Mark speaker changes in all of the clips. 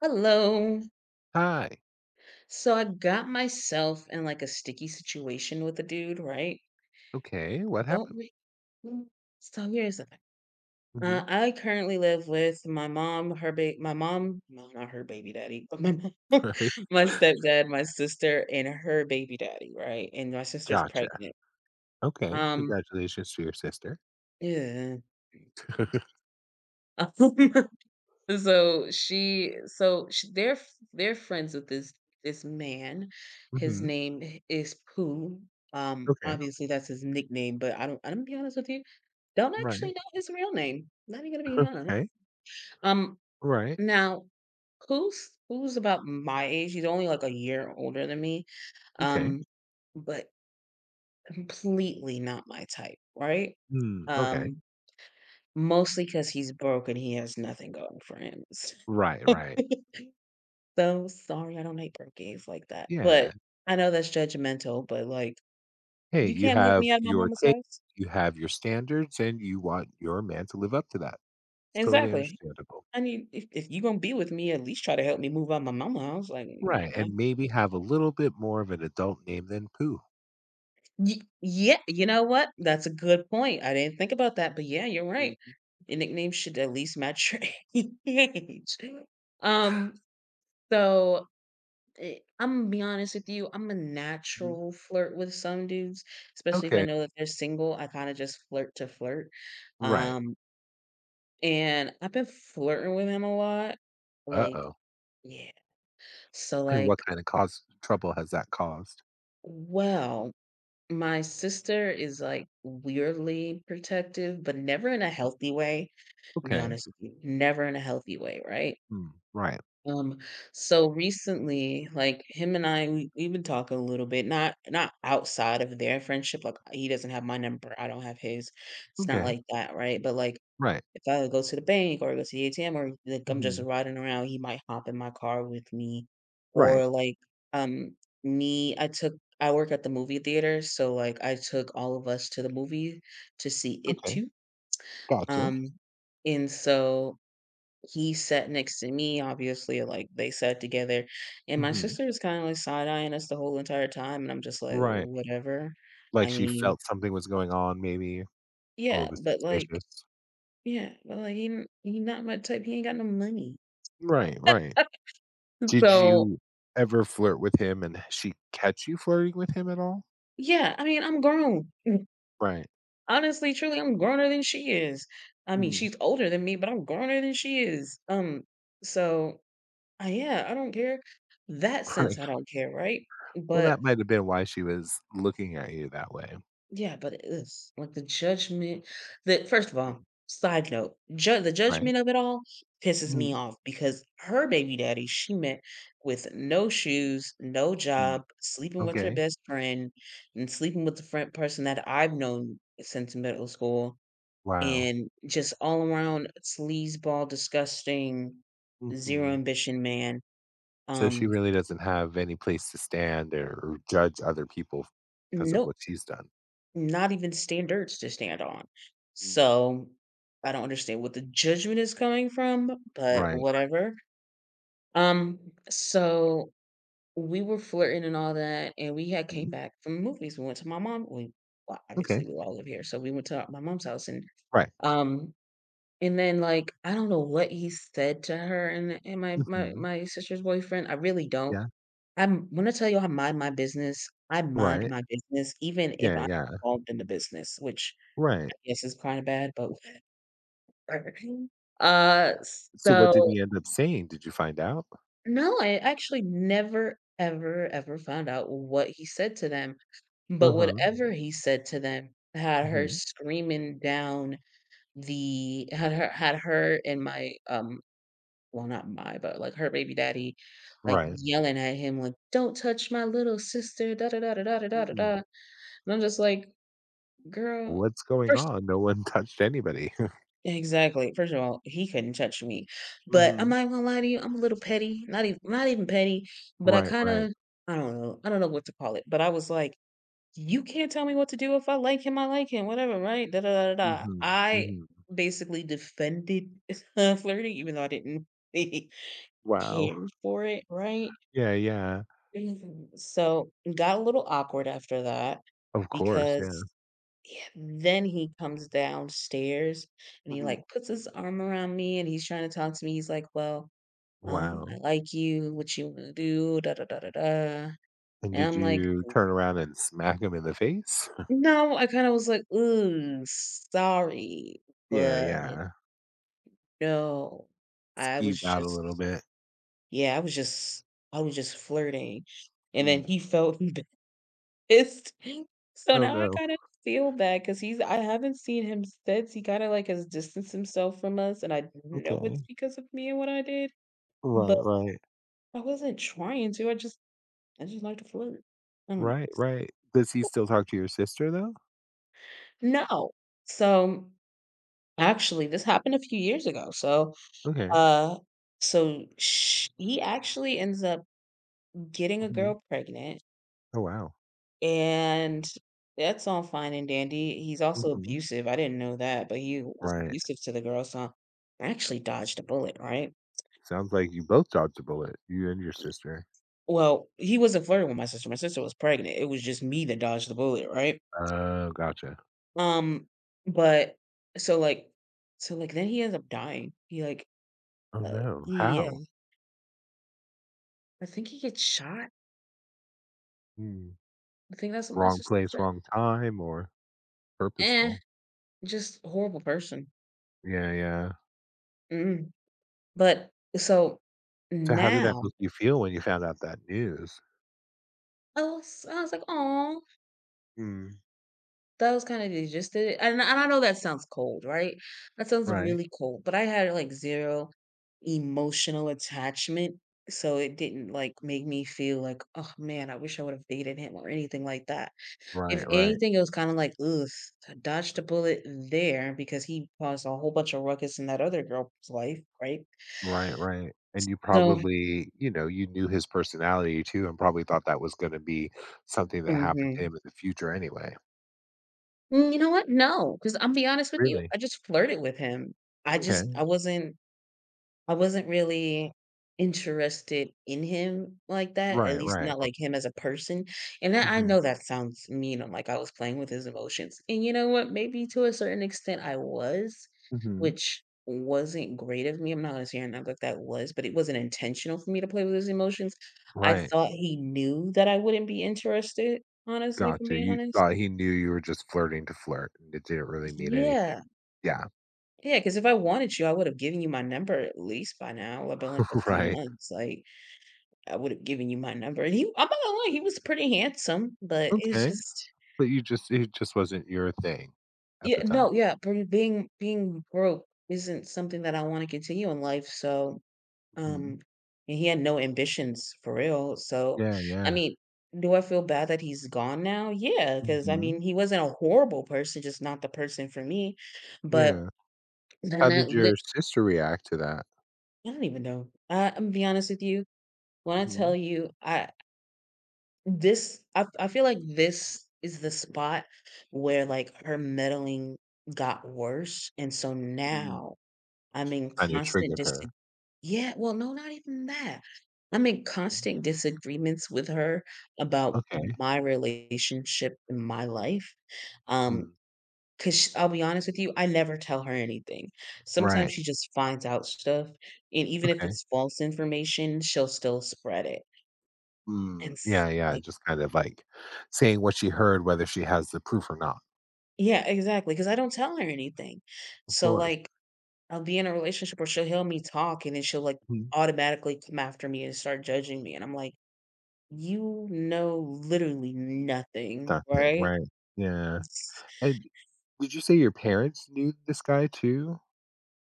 Speaker 1: Hello.
Speaker 2: Hi.
Speaker 1: So I got myself in like a sticky situation with a dude, right?
Speaker 2: Okay, what
Speaker 1: Don't
Speaker 2: happened?
Speaker 1: we? Mm. So here's the thing. Uh,
Speaker 2: Mhm.
Speaker 1: I currently live with my mom, my mom, no, not her baby daddy, but my mom,
Speaker 2: Right?
Speaker 1: my stepdad, my sister, and her baby daddy, right? And my sister's
Speaker 2: Gotcha.
Speaker 1: pregnant.
Speaker 2: Okay,
Speaker 1: Um,
Speaker 2: congratulations to your sister.
Speaker 1: yeah. So she so sh they're f they're friends with this man. His
Speaker 2: Mhm.
Speaker 1: name I is Pooh.
Speaker 2: Okay.
Speaker 1: Obviously, that's his nickname, but I don't I'm gonna be honest with you, don't actually
Speaker 2: Right.
Speaker 1: know his real name. Not even gonna be honest.
Speaker 2: Okay.
Speaker 1: Um,
Speaker 2: Right.
Speaker 1: now, Pooh's about my age. He's only, like, a year older than me,
Speaker 2: Okay.
Speaker 1: um, but completely not my type, right?
Speaker 2: Mm, okay.
Speaker 1: Um, mostly because he's broke and he has nothing going for him.
Speaker 2: Right, right.
Speaker 1: So So sorry, I don't hate birthdays like that, but
Speaker 2: Yeah.
Speaker 1: I know that's judgmental, but, like,
Speaker 2: Hey,
Speaker 1: you
Speaker 2: you
Speaker 1: can't move
Speaker 2: have
Speaker 1: me out of my
Speaker 2: your
Speaker 1: mama's
Speaker 2: take,
Speaker 1: house?
Speaker 2: you have your standards, and you want your man to live up to that. It's totally
Speaker 1: Exactly.
Speaker 2: understandable.
Speaker 1: I need if you gonna be with me, at least try to help me move out my mama house, like, you
Speaker 2: Right,
Speaker 1: know?
Speaker 2: and maybe have a little bit more of an adult name than poo.
Speaker 1: Ye Yeah, you know what? That's a good point. I didn't think about that, but yeah, you're right.
Speaker 2: Mhm,
Speaker 1: Your nickname should at least match your age. Um, so Eh, Imma be honest with you, I'm a
Speaker 2: mhm.
Speaker 1: natural flirt with some dudes, especially if I
Speaker 2: Okay.
Speaker 1: know that they're single, I kinda just flirt to flirt,
Speaker 2: Right.
Speaker 1: um, and I've been flirting with him a lot, like
Speaker 2: Uh-oh.
Speaker 1: yeah. So,
Speaker 2: And what
Speaker 1: like
Speaker 2: kind of cause trouble has that caused?
Speaker 1: well, my sister is, like, weirdly protective, but never in a healthy way, I'll be
Speaker 2: Okay.
Speaker 1: honest with you, never in a healthy way, right?
Speaker 2: Mm, right.
Speaker 1: Um, so recently, like him and I, we've been talking a little bit, not outside of their friendship. Like he doesn't have my number, I don't have his. It's not
Speaker 2: Okay.
Speaker 1: like that, right? But like
Speaker 2: Right.
Speaker 1: if I go to the bank or go to the ATM or like I'm just
Speaker 2: Mhm.
Speaker 1: riding around, he might hop in my car with me.
Speaker 2: Right.
Speaker 1: Or like um me, I took I work at the movie theater, so like I took all of us to the movie to see It
Speaker 2: Okay.
Speaker 1: Too.
Speaker 2: Gotcha.
Speaker 1: Um, and so he sat next to me, obviously, like, they sat together, and my
Speaker 2: Mhm.
Speaker 1: sister was kinda, like, side-eyeing us the whole entire time, and I'm just like,
Speaker 2: Right.
Speaker 1: "Whatever."
Speaker 2: Like
Speaker 1: I
Speaker 2: she
Speaker 1: mean
Speaker 2: felt something was going on maybe or
Speaker 1: yeah,
Speaker 2: was
Speaker 1: but, like
Speaker 2: suspicious.
Speaker 1: yeah, but, like, he not my type, he ain't got no money.
Speaker 2: Right, right. Did
Speaker 1: So,
Speaker 2: you ever flirt with him and she catch you flirting with him at all?
Speaker 1: yeah, I mean, I'm grown.
Speaker 2: Right.
Speaker 1: Honestly, truly, I'm growner than she is. I mean,
Speaker 2: Mm,
Speaker 1: she's older than me, but I'm growner than she is. So, I Yeah, I don't care. That sense,
Speaker 2: right.
Speaker 1: I don't care, right?
Speaker 2: Well,
Speaker 1: But
Speaker 2: that might have been why she was looking at you that way.
Speaker 1: yeah, but it is like the judgment The first of
Speaker 2: Mm,
Speaker 1: all, side note, the
Speaker 2: right.
Speaker 1: judgment of it all pisses me
Speaker 2: Mhm.
Speaker 1: off because her baby daddy she met with no shoes, no
Speaker 2: Mm,
Speaker 1: job, sleeping with her
Speaker 2: okay.
Speaker 1: best friend, and sleeping with the friend person that I've known since middle school,
Speaker 2: Wow.
Speaker 1: and just all around sleazeball, disgusting, zero
Speaker 2: Mhm.
Speaker 1: ambition man.
Speaker 2: So she
Speaker 1: Um,
Speaker 2: really doesn't have any place to stand or judge other people because of
Speaker 1: no
Speaker 2: what she's done.
Speaker 1: Not even standards to stand on.
Speaker 2: Mm,
Speaker 1: So, I don't understand what the judgment is coming from, but
Speaker 2: right.
Speaker 1: whatever. Um, so we were flirting and all that, and we had came
Speaker 2: Mhm,
Speaker 1: back from movies. We went to my mom. We Well,
Speaker 2: okay,
Speaker 1: obviously we all live here, so we went to my mom's house,
Speaker 2: right,
Speaker 1: um, and then like I don't know what he said to her and
Speaker 2: mhm,
Speaker 1: my sister's boyfriend. I really don't.
Speaker 2: yeah,
Speaker 1: I'm When I tell you I mind my business. I mind
Speaker 2: right,
Speaker 1: my business, even if
Speaker 2: yeah,
Speaker 1: I'm
Speaker 2: yeah,
Speaker 1: involved in the business, which
Speaker 2: right.
Speaker 1: yes, it's kinda bad, but whatever. Uh,
Speaker 2: So what did
Speaker 1: so
Speaker 2: he end up saying? Did you find out?
Speaker 1: no, I actually never, ever, ever found out what he said to them, but
Speaker 2: Uh-huh,
Speaker 1: whatever he said to them had her
Speaker 2: mhm,
Speaker 1: screaming down the had her had her and my, well, not my, but, like, her baby daddy, like,
Speaker 2: right.
Speaker 1: yelling at him, like, "Don't touch my little sister, da da da da da da da da da."
Speaker 2: Mm,
Speaker 1: And I'm just like, "Girl,
Speaker 2: what's going
Speaker 1: first"
Speaker 2: on? No one touched anybody.
Speaker 1: exactly. First of all, he couldn't touch me. But I'm
Speaker 2: Mhm,
Speaker 1: not gonna lie to you, I'm a little petty. Not even petty, but I
Speaker 2: right, right,
Speaker 1: kinda I don't know. I don't know what to call it. But I was like, you can't tell me what to do. If I like him, I like him, whatever, right? Da da da da. da.
Speaker 2: mhm,
Speaker 1: I
Speaker 2: mhm,
Speaker 1: basically defended flirting, even though I didn't really
Speaker 2: wow.
Speaker 1: care for it, right?
Speaker 2: Yeah, yeah,
Speaker 1: Mhm. So it got a little awkward after that
Speaker 2: of course, yeah,
Speaker 1: because yeah, then he comes downstairs and he,
Speaker 2: mhm,
Speaker 1: like, puts his arm around me and he's trying to talk to me. He's like, "Well, I
Speaker 2: wow.
Speaker 1: like you, what you wanna do, da da da da da."
Speaker 2: And
Speaker 1: And
Speaker 2: did
Speaker 1: I'm like,
Speaker 2: you turn around and smack him in the face?
Speaker 1: "No," I kinda was like, "Ooh, sorry,
Speaker 2: Yeah,
Speaker 1: but
Speaker 2: yeah,
Speaker 1: no. I was
Speaker 2: skeeved out a little
Speaker 1: just
Speaker 2: bit.
Speaker 1: Yeah, I was just flirting." And then
Speaker 2: Mm,
Speaker 1: he felt it's so
Speaker 2: oh
Speaker 1: now I
Speaker 2: no,
Speaker 1: kinda feel bad because he's I haven't seen him since, he kinda, like, has distanced himself from us, and I know it's
Speaker 2: okay,
Speaker 1: because of me and what I did,
Speaker 2: right,
Speaker 1: but
Speaker 2: right.
Speaker 1: I wasn't trying to, I just like to flirt. I don't
Speaker 2: Right, right. Does he
Speaker 1: know.
Speaker 2: still talk to your sister, though?
Speaker 1: No. So, actually, this happened a few years ago, so,
Speaker 2: Okay.
Speaker 1: uh so sh he actually ends up getting a
Speaker 2: Mhm.
Speaker 1: girl pregnant.
Speaker 2: Oh, wow.
Speaker 1: And that's all fine and dandy. He's also
Speaker 2: Mhm.
Speaker 1: abusive. I didn't know that, but he was
Speaker 2: Right.
Speaker 1: abusive to the girl, so I actually dodged a bullet, right?
Speaker 2: Sounds like you both dodged a bullet, you and your sister.
Speaker 1: Well, he wasn't flirting with my sister. My sister was pregnant. It was just me that dodged the bullet, right?
Speaker 2: Oh, gotcha.
Speaker 1: Um, but So like, so like, then he ends up dying. He like,
Speaker 2: Oh,
Speaker 1: uh,
Speaker 2: no.
Speaker 1: yeah,
Speaker 2: How?
Speaker 1: I think he gets shot.
Speaker 2: Hmm.
Speaker 1: I think that's what my
Speaker 2: Wrong
Speaker 1: sister
Speaker 2: place,
Speaker 1: said.
Speaker 2: wrong time, or
Speaker 1: Eh,
Speaker 2: purposeful?
Speaker 1: just horrible person.
Speaker 2: Yeah, yeah.
Speaker 1: Mm. But so
Speaker 2: So how did that
Speaker 1: now
Speaker 2: make you feel when you found out that news?
Speaker 1: I was like, oh,
Speaker 2: Mm.
Speaker 1: that was kinda digested, and I know that sounds cold, right? That sounds
Speaker 2: Right.
Speaker 1: really cold, but I had, like, zero emotional attachment, so it didn't, like, make me feel like, "Oh, man, I wish I would've dated him," or anything like that. If
Speaker 2: Right, right.
Speaker 1: anything, it was kinda like, "Ugh, I dodged a bullet there because he caused a whole bunch of ruckus in that other girl's life," right?
Speaker 2: Right, right. And you
Speaker 1: So
Speaker 2: probably, you knew his personality, too, and probably thought that was gonna be something that happened to
Speaker 1: mhm.
Speaker 2: him in the future anyway.
Speaker 1: Mm, you know what? No, because 'cause I'm be honest with you,
Speaker 2: Really?
Speaker 1: I just flirted with him. I just
Speaker 2: Okay.
Speaker 1: I wasn't I wasn't really interested in him like that, at
Speaker 2: Right,
Speaker 1: least
Speaker 2: right.
Speaker 1: not like him as a person, and I
Speaker 2: Mhm.
Speaker 1: know that sounds mean, I'm like I was playing with his emotions, and you know what? Maybe to a certain extent I was,
Speaker 2: Mhm.
Speaker 1: which wasn't great of me, I'm not gonna sit here and act like that was, but it wasn't intentional for me to play with his emotions. I
Speaker 2: Right.
Speaker 1: thought he knew that I wouldn't be interested, honestly, if I'm
Speaker 2: Gotcha.
Speaker 1: being
Speaker 2: You
Speaker 1: honest.
Speaker 2: thought he knew you were just flirting to flirt, and it didn't really mean anything.
Speaker 1: Yeah.
Speaker 2: Yeah,
Speaker 1: Yeah. Because if I wanted you, I would have given you my number at least by now, I've been like a few
Speaker 2: right.
Speaker 1: months, like I would have given you my number. And he I'm not gonna lie, he was pretty handsome, but it's
Speaker 2: Okay.
Speaker 1: just
Speaker 2: But you just it just wasn't your thing at the
Speaker 1: yeah,
Speaker 2: time.
Speaker 1: no, yeah, being broke isn't something that I want to continue in life. So, um,
Speaker 2: Mhm.
Speaker 1: and he had no ambitions for real. So,
Speaker 2: Yeah,
Speaker 1: I
Speaker 2: yeah.
Speaker 1: mean, do I feel bad that he's gone now? Yeah, because I mean,
Speaker 2: Mhm.
Speaker 1: he wasn't a horrible person, just not the person for me. But
Speaker 2: Yeah.
Speaker 1: then
Speaker 2: How
Speaker 1: that
Speaker 2: did
Speaker 1: lit,
Speaker 2: your sister react to that?
Speaker 1: I don't even know. I'm gonna be honest with you. When I
Speaker 2: Mhm.
Speaker 1: tell you, I feel like this is the spot where, like, her meddling got worse, and so
Speaker 2: Mm.
Speaker 1: now I'm
Speaker 2: She
Speaker 1: in
Speaker 2: kinda
Speaker 1: constant
Speaker 2: triggered
Speaker 1: disa
Speaker 2: her.
Speaker 1: yeah, well, no, not even that. I'm in
Speaker 2: Mm.
Speaker 1: constant disagreements with her about
Speaker 2: Okay.
Speaker 1: my relationship in my life. Um,
Speaker 2: Mhm.
Speaker 1: because I'll be honest with you, I never tell her anything. Sometimes
Speaker 2: Right.
Speaker 1: she just finds out stuff, and even if
Speaker 2: Okay.
Speaker 1: it's false information, she'll still spread it, and
Speaker 2: Mm.
Speaker 1: s
Speaker 2: Yeah, yeah,
Speaker 1: like
Speaker 2: just kind of like saying what she heard, whether she has the proof or not.
Speaker 1: yeah, exactly. Cause I don't tell her anything.
Speaker 2: Of
Speaker 1: So,
Speaker 2: course.
Speaker 1: like, I'll be in a relationship where she'll hear me talk, and then she'll, like, automatically come after me and start judging me, and I'm like, "You know literally nothing,
Speaker 2: Nothing,
Speaker 1: right?"
Speaker 2: right? Yeah.
Speaker 1: It's
Speaker 2: And did you say your parents knew this guy too?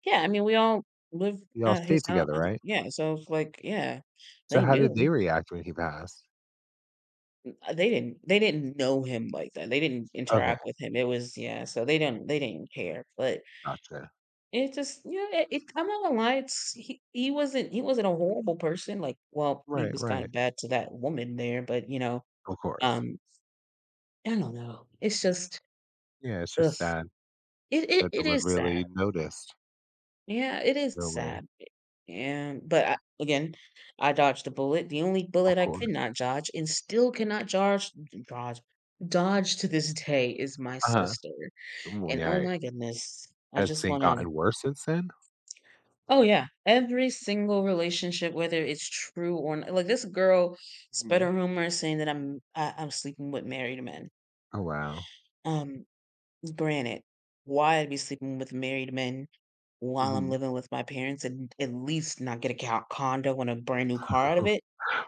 Speaker 1: yeah, I mean, we all live
Speaker 2: Y'all
Speaker 1: at his
Speaker 2: stayed
Speaker 1: house
Speaker 2: together, right?
Speaker 1: yeah, so it's like, yeah,
Speaker 2: So
Speaker 1: they
Speaker 2: how did they
Speaker 1: knew.
Speaker 2: react when he passed?
Speaker 1: They didn't know him like that, they didn't
Speaker 2: Okay,
Speaker 1: interact with him, it was yeah, so they didn't care, but
Speaker 2: gotcha.
Speaker 1: it just yeah, it I'm not gonna lie, it's he wasn't a horrible person, like, well, he
Speaker 2: Right,
Speaker 1: was kinda
Speaker 2: right.
Speaker 1: bad to that woman there, but, you know,
Speaker 2: Of course.
Speaker 1: um, I don't know. It's just,
Speaker 2: Yeah, it's
Speaker 1: ugh.
Speaker 2: just sad that no
Speaker 1: It
Speaker 2: one
Speaker 1: is sad.
Speaker 2: really noticed,
Speaker 1: Yeah, it is
Speaker 2: really.
Speaker 1: sad. And but I again, I dodged the bullet. The only
Speaker 2: Of
Speaker 1: bullet I could
Speaker 2: course.
Speaker 1: not dodge and still cannot dodge dodge to this day is my
Speaker 2: Uh-huh.
Speaker 1: sister,
Speaker 2: Well,
Speaker 1: and oh
Speaker 2: yeah.
Speaker 1: my goodness, I
Speaker 2: Has
Speaker 1: just
Speaker 2: things
Speaker 1: wanna
Speaker 2: gotten worse since then?
Speaker 1: oh, yeah. Every single relationship, whether it's true or not like, this girl spread
Speaker 2: Hmm.
Speaker 1: a rumor saying that I'm sleeping with married men.
Speaker 2: Oh, wow.
Speaker 1: Um, granted, why I'd be sleeping with married men while I'm
Speaker 2: Hmm.
Speaker 1: living with my parents and at least not get a co condo and a brand new car out of it?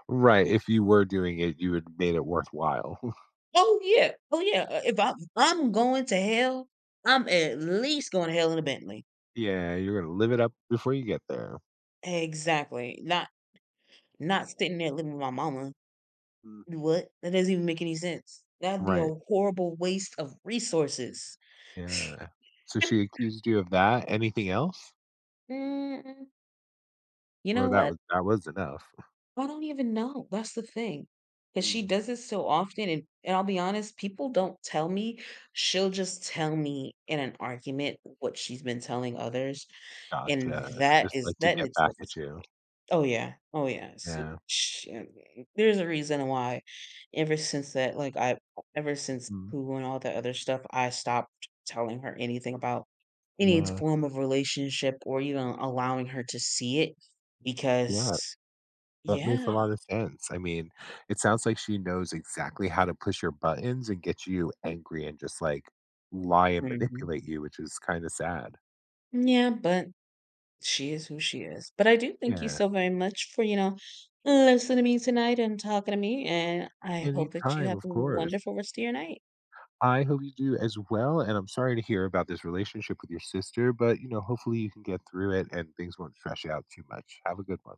Speaker 2: Right. If you were doing it, you would made it worthwhile.
Speaker 1: Oh, yeah. Oh, yeah. If I'm going to hell, I'm at least going to hell in a Bentley.
Speaker 2: Yeah, you're going to live it up before you get there.
Speaker 1: Exactly. Not sitting there living with my mama.
Speaker 2: Mhm.
Speaker 1: What? That doesn't even make any sense. That'd be
Speaker 2: Right.
Speaker 1: a horrible waste of resources.
Speaker 2: Yeah. So she accused you of that? Anything else?
Speaker 1: Mm, you know
Speaker 2: Or
Speaker 1: what?
Speaker 2: that was enough?
Speaker 1: I don't even know. That's the thing. Because she
Speaker 2: Mm,
Speaker 1: does it so often. And I'll be honest, people don't tell me. She'll just tell me in an argument what she's been telling others. And
Speaker 2: gotcha.
Speaker 1: that
Speaker 2: Just
Speaker 1: is,
Speaker 2: like to
Speaker 1: that in
Speaker 2: get back
Speaker 1: itself
Speaker 2: at
Speaker 1: is
Speaker 2: you.
Speaker 1: oh, yeah. Oh, yeah.
Speaker 2: Yeah.
Speaker 1: Yeah, there's a reason why ever since that, like, I ever since
Speaker 2: Mhm.
Speaker 1: Pooh and all that other stuff, I stopped telling her anything about any
Speaker 2: Yeah.
Speaker 1: form of relationship or even allowing her to see it
Speaker 2: Yeah.
Speaker 1: because
Speaker 2: That makes a
Speaker 1: yeah.
Speaker 2: lot of sense. I mean, it sounds like she knows exactly how to push your buttons and get you angry and just like lie and
Speaker 1: Mhm.
Speaker 2: manipulate you, which is kind of sad.
Speaker 1: Yeah, but she is who she is. But I do thank you
Speaker 2: Yeah.
Speaker 1: so very much for, you know, listening to me tonight and talking to me, and I hope that you
Speaker 2: Anytime,
Speaker 1: have
Speaker 2: of
Speaker 1: a
Speaker 2: course.
Speaker 1: wonderful rest of your night.
Speaker 2: I hope you do as well. And I'm sorry to hear about this relationship with your sister, but you know, hopefully you can get through it and things won't stress you out too much. Have a good one.